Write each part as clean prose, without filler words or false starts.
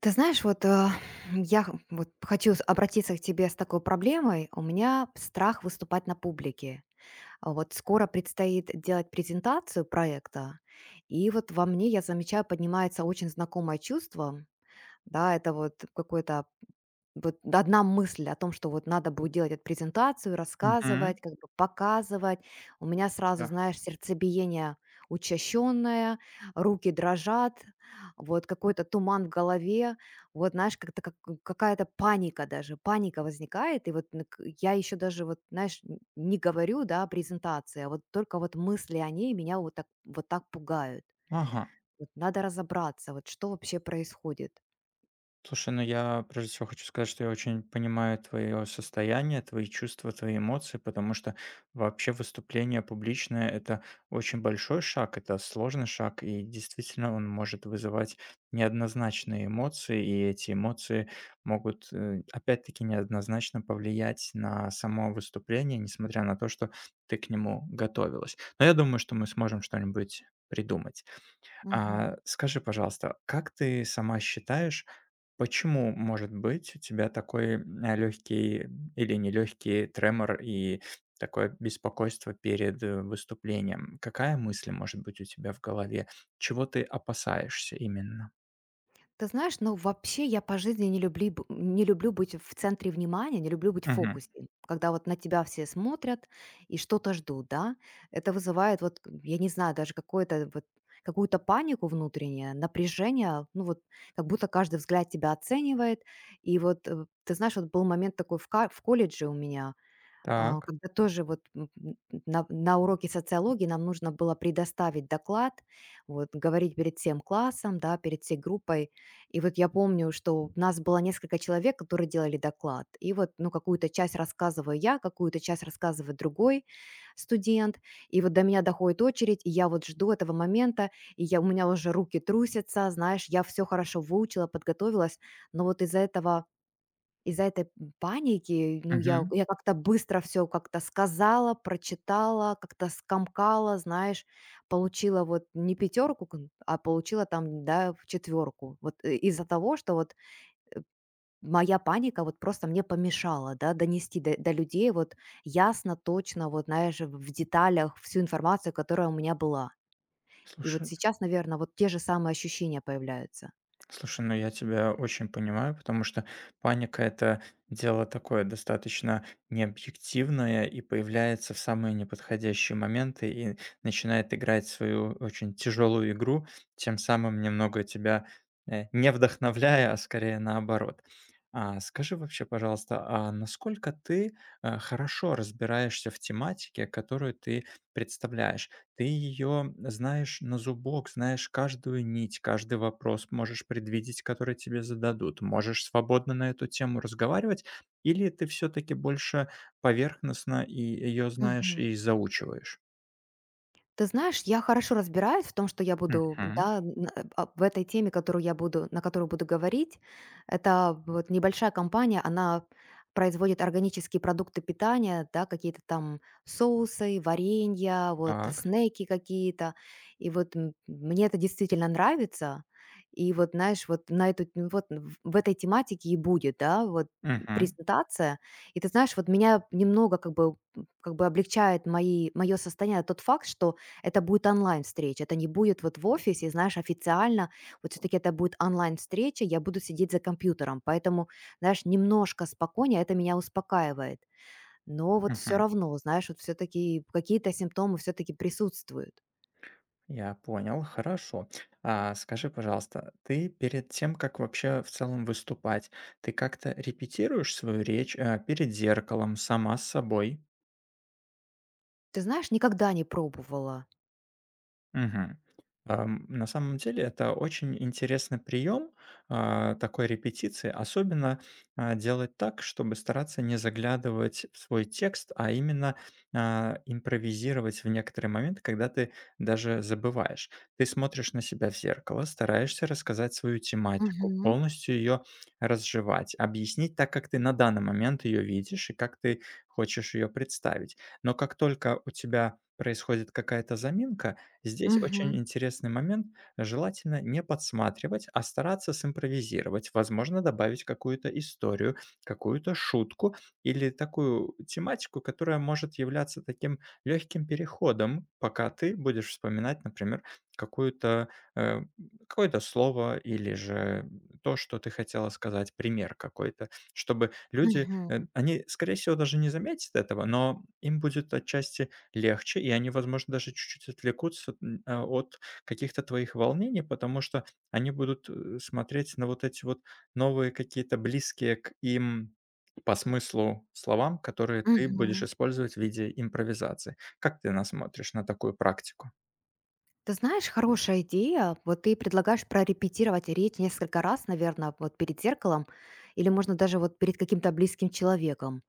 Ты знаешь, вот, вот хочу обратиться к тебе с такой проблемой. У меня страх выступать на публике. А вот скоро предстоит делать презентацию проекта, и вот во мне, я замечаю, поднимается очень знакомое чувство. Да, это вот какое-то вот одна мысль о том, что вот надо будет делать эту презентацию, Мгм. рассказывать, как бы показывать. У меня сразу, Да. знаешь, сердцебиение учащенное, руки дрожат, вот какой-то туман в голове, вот, знаешь, как-то какая-то паника даже, паника возникает, и вот ну, я еще даже вот, знаешь, не говорю, да, о презентации, а вот только вот мысли о ней меня вот так, вот так пугают. Ага. Вот надо разобраться, вот что вообще происходит. Слушай, ну я прежде всего хочу сказать, что я очень понимаю твое состояние, твои чувства, твои эмоции, потому что вообще выступление публичное– это очень большой шаг, это сложный шаг, и действительно он может вызывать неоднозначные эмоции, и эти эмоции могут, опять-таки, неоднозначно повлиять на само выступление, несмотря на то, что ты к нему готовилась. Но я думаю, что мы сможем что-нибудь придумать. Мгм. Скажи, пожалуйста, как ты сама считаешь, почему может быть у тебя такой легкий или нелегкий тремор и такое беспокойство перед выступлением? Какая мысль может быть у тебя в голове? Чего ты опасаешься именно? Ты знаешь, ну вообще я по жизни не любли б не люблю быть в центре внимания, не люблю быть в Мгм. фокусе, когда вот на тебя все смотрят и что-то ждут, да. Это вызывает вот, я не знаю, даже какое-то вот какую-то панику внутреннее, напряжение, ну вот как будто каждый взгляд тебя оценивает. И вот, ты знаешь, вот был момент такой в колледже у меня, Так. когда тоже вот на уроке социологии нам нужно было предоставить доклад, вот, говорить перед всем классом, да, перед всей группой. И вот я помню, что у нас было несколько человек, которые делали доклад. И вот, ну, какую-то часть рассказываю я, какую-то часть рассказывает другой студент. И вот до меня доходит очередь, и я вот жду этого момента, у меня уже руки трусятся, знаешь, я все хорошо выучила, подготовилась, но вот из-за этой паники, ну, я Мгм. я как-то быстро все как-то сказала, прочитала, как-то скомкала, знаешь, получила вот не пятерку, а получила там, да, в четверку. Вот, из-за того, что вот моя паника вот просто мне помешала, да, донести до людей вот ясно, точно, вот, знаешь, в деталях всю информацию, которая у меня была. И вот Слушай, сейчас, наверное, вот те же самые ощущения появляются. Слушай, ну я тебя очень понимаю, потому что паника это дело такое достаточно необъективное и появляется в самые неподходящие моменты и начинает играть свою очень тяжелую игру, тем самым немного тебя не вдохновляя, а скорее наоборот. А скажи вообще, пожалуйста, а насколько ты хорошо разбираешься в тематике, которую ты представляешь? Ты ее знаешь на зубок, знаешь каждую нить, каждый вопрос можешь предвидеть, который тебе зададут. Можешь свободно на эту тему разговаривать, или ты все-таки больше поверхностно и ее знаешь и заучиваешь? Ты знаешь, я хорошо разбираюсь в том, что я буду, Мгм. да, в этой теме, которую я буду, на которую буду говорить. Это вот небольшая компания, она производит органические продукты питания, да, какие-то там соусы, варенья, вот Так. снеки какие-то. И вот мне это действительно нравится. И вот, знаешь, вот вот в этой тематике и будет, да, вот Мгм. презентация. И ты знаешь, вот меня немного как бы облегчает мое состояние тот факт, что это будет онлайн-встреча, это не будет вот в офисе, знаешь, официально. Вот все-таки это будет онлайн-встреча, я буду сидеть за компьютером. Поэтому, знаешь, немножко спокойнее, это меня успокаивает. Но вот все Мгм. равно, знаешь, вот все-таки какие-то симптомы все-таки присутствуют. Я понял, хорошо. А скажи, пожалуйста, ты перед тем, как вообще в целом выступать, ты как-то репетируешь свою речь перед зеркалом, сама с собой? Ты знаешь, никогда не пробовала. Мгм. На самом деле это очень интересный прием, такой репетиции, особенно, делать так, чтобы стараться не заглядывать в свой текст, а именно, импровизировать в некоторые моменты, когда ты даже забываешь. Ты смотришь на себя в зеркало, стараешься рассказать свою тематику, Мгм. полностью ее разжевать, объяснить так, как ты на данный момент ее видишь и как ты хочешь ее представить. Но как только у тебя происходит какая-то заминка, здесь очень Мгм. интересный момент. Желательно не подсматривать, а стараться симпровизировать. Возможно, добавить какую-то историю, какую-то шутку или такую тематику, которая может являться таким легким переходом, пока ты будешь вспоминать, например, какую-то, э, какое-то слово или же то, что ты хотела сказать, пример какой-то, чтобы люди, Мгм. Они, скорее всего, даже не заметят этого, но им будет отчасти легче, и они, возможно, даже чуть-чуть отвлекутся, от каких-то твоих волнений, потому что они будут, смотреть на вот эти вот новые какие-то близкие к им по смыслу словам, которые ты будешь Мгм. использовать в виде импровизации. Как ты насмотришь на такую практику? Ты знаешь, хорошая идея. Вот ты предлагаешь прорепетировать речь несколько раз, наверное, вот перед зеркалом, или можно даже вот перед каким-то близким человеком.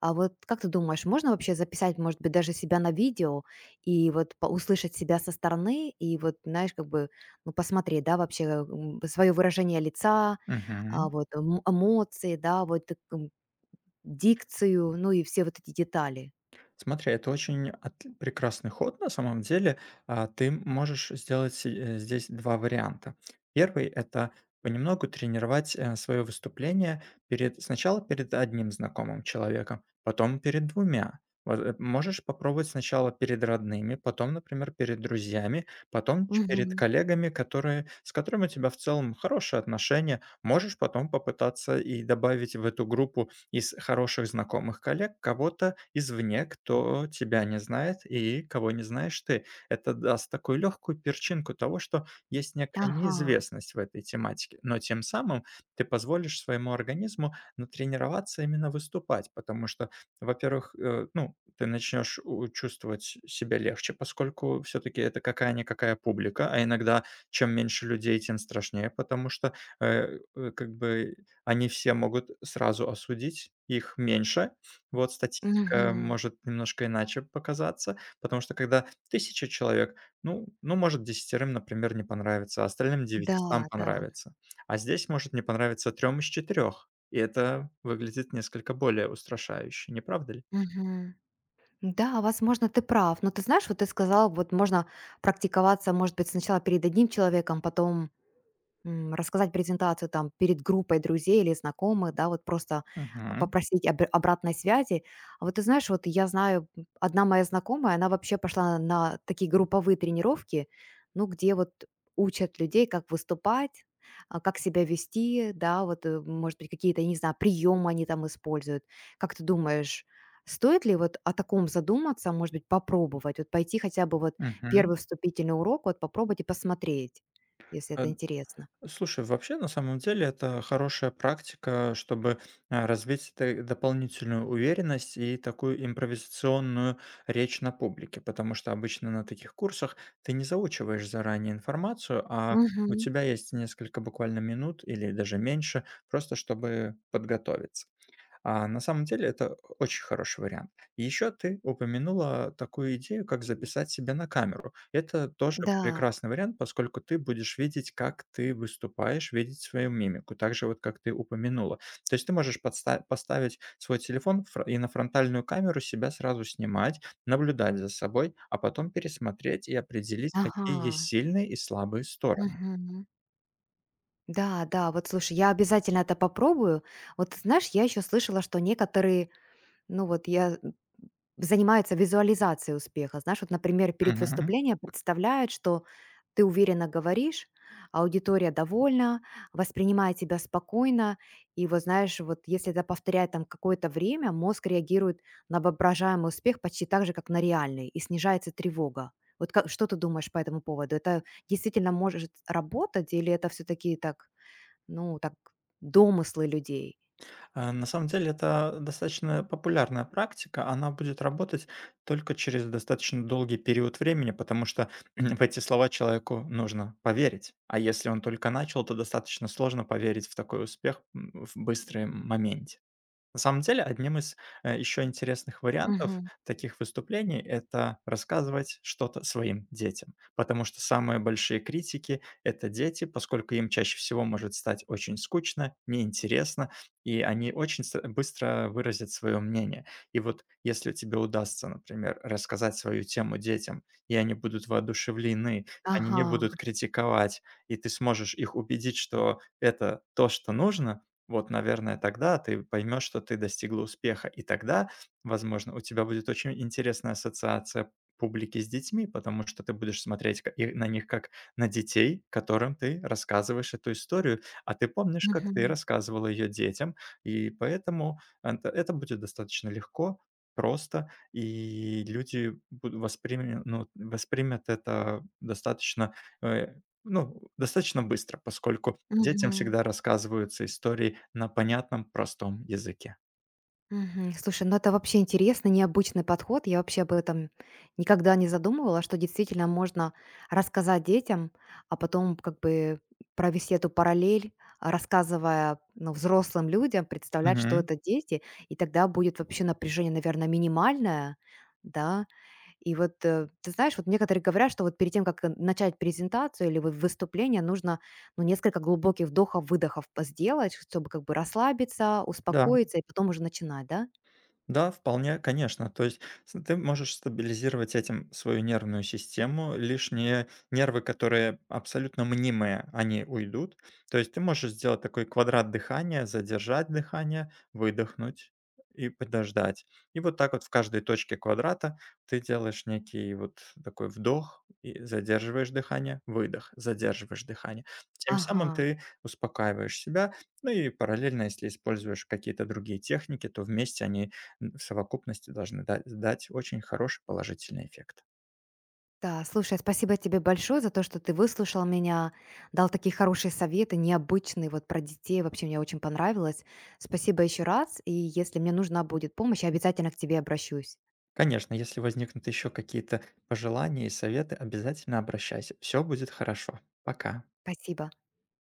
А вот как ты думаешь, можно вообще записать, может быть, даже себя на видео и вот услышать себя со стороны и вот, знаешь, как бы ну, посмотреть, да, вообще свое выражение лица, Мгм. вот эмоции, да, вот дикцию, ну и все вот эти детали. Смотри, это прекрасный ход на самом деле. Ты можешь сделать здесь два варианта. Первый– это понемногу тренировать свое выступление перед, сначала перед одним знакомым человеком, потом перед двумя. Вот, можешь попробовать сначала перед родными, потом, например, перед друзьями, потом перед Мгм. коллегами, которые, с которыми у тебя в целом хорошие отношения. Можешь потом попытаться и добавить в эту группу из хороших знакомых, коллег, кого-то извне, кто тебя не знает и кого не знаешь ты. Это даст такую легкую перчинку того, что есть некая Ага. неизвестность в этой тематике, но тем самым ты позволишь своему организму натренироваться именно выступать, потому что, во-первых, ну, ты начнешь чувствовать себя легче, поскольку все-таки это какая-никакая публика, а иногда чем меньше людей, тем страшнее, потому что как бы они все могут сразу осудить, их меньше. Вот статистика Мгм. может немножко иначе показаться, потому что когда тысяча человек, ну, может, десятерым, например, не понравится, а остальным Да, девятистам да. понравится. А здесь может не понравиться трем из четырех, и это выглядит несколько более устрашающе, не правда ли? Мгм. Да, возможно, ты прав. Но ты знаешь, вот ты сказал, вот можно практиковаться, может быть, сначала перед одним человеком, потом рассказать презентацию там перед группой друзей или знакомых, да, вот просто, Мгм, попросить об обратной связи. А вот ты знаешь, вот я знаю, одна моя знакомая, она вообще пошла на такие групповые тренировки, ну, где вот учат людей, как выступать, как себя вести, да, вот, может быть, какие-то, я не знаю, приемы они там используют. Как ты думаешь, стоит ли вот о таком задуматься, может быть, попробовать, вот пойти хотя бы вот мгм. первый вступительный урок, вот попробовать и посмотреть, если Э, это интересно? Слушай, вообще, на самом деле, это хорошая практика, чтобы развить дополнительную уверенность и такую импровизационную речь на публике, потому что обычно на таких курсах ты не заучиваешь заранее информацию, а у Мгм. тебя есть несколько буквально минут или даже меньше, просто чтобы подготовиться. А на самом деле это очень хороший вариант. И еще ты упомянула такую идею, как записать себя на камеру. Это тоже Да. прекрасный вариант, поскольку ты будешь видеть, как ты выступаешь, видеть свою мимику, так же вот, как ты упомянула. То есть ты можешь поставить свой телефон и на фронтальную камеру себя сразу снимать, наблюдать за собой, а потом пересмотреть и определить, какие есть Ага. сильные и слабые стороны. Мгм. Да, да, вот слушай, я обязательно это попробую. Вот ты знаешь, я еще слышала, что некоторые Ну вот я м, занимается визуализацией успеха. Знаешь, вот, например, перед Мгм. выступлением представляют, что ты уверенно говоришь, аудитория довольна, воспринимает тебя спокойно. И вот знаешь, вот если это повторяет там какое-то время, мозг реагирует на воображаемый успех почти так же, как на реальный, и снижается тревога. Вот что ты думаешь по этому поводу? Это действительно может работать или это все-таки так, ну, так домыслы людей? На самом деле это достаточно популярная практика, она будет работать только через достаточно долгий период времени, потому что в эти слова человеку нужно поверить. А если он только начал, то достаточно сложно поверить в такой успех в быстром моменте. На самом деле, одним из, еще интересных вариантов Мгм. таких выступлений- это рассказывать что-то своим детям. Потому что самые большие критики- это дети, поскольку им чаще всего может стать очень скучно, неинтересно, и они очень с быстро выразят свое мнение. И вот если тебе удастся, например, рассказать свою тему детям, и они будут воодушевлены, они не Ага. будут критиковать, и ты сможешь их убедить, что это то, что нужно, вот, наверное, тогда ты поймешь, что ты достигла успеха. И тогда, возможно, у тебя будет очень интересная ассоциация публики с детьми, потому что ты будешь смотреть и на них как на детей, которым ты рассказываешь эту историю, а ты помнишь, как Мгм. ты рассказывала ее детям, и поэтому это будет достаточно легко, просто, и люди воспримут, ну, воспримут это достаточно э, ну, достаточно быстро, поскольку детям Мгм. всегда рассказываются истории на понятном, простом языке. Мгм. Слушай, ну это вообще интересно, необычный подход. Я вообще об этом никогда не задумывала, что действительно можно рассказать детям, а потом как бы провести эту параллель, рассказывая ну, взрослым людям, представлять, что Мгм. это дети, и тогда будет вообще напряжение, наверное, минимальное, да, И вот, ты знаешь, вот некоторые говорят, что вот перед тем, как, начать презентацию или вот выступление, нужно, ну, несколько глубоких вдохов-выдохов п сделать, чтобы как бы расслабиться, Да. успокоиться и потом уже начинать, да? Да, вполне, конечно. То есть ты можешь стабилизировать этим свою нервную систему. Лишние нервы, которые абсолютно мнимые, они уйдут. То есть ты можешь сделать такой квадрат дыхания, задержать дыхание, выдохнуть и подождать. И вот так вот в каждой точке квадрата ты делаешь некий вот такой вдох и задерживаешь дыхание, выдох, задерживаешь дыхание. Тем самым Ага. ты успокаиваешь себя, ну и параллельно, если используешь какие-то другие техники, то вместе они в совокупности должны дать очень хороший положительный эффект. Да, слушай, спасибо тебе большое за то, что ты выслушал меня, дал такие хорошие советы, необычные, вот про детей. Вообще мне очень понравилось. Спасибо еще раз, и если мне нужна будет помощь, я обязательно к тебе обращусь. Конечно, если возникнут еще какие-то пожелания и советы, обязательно обращайся. Все будет хорошо. Пока. Спасибо.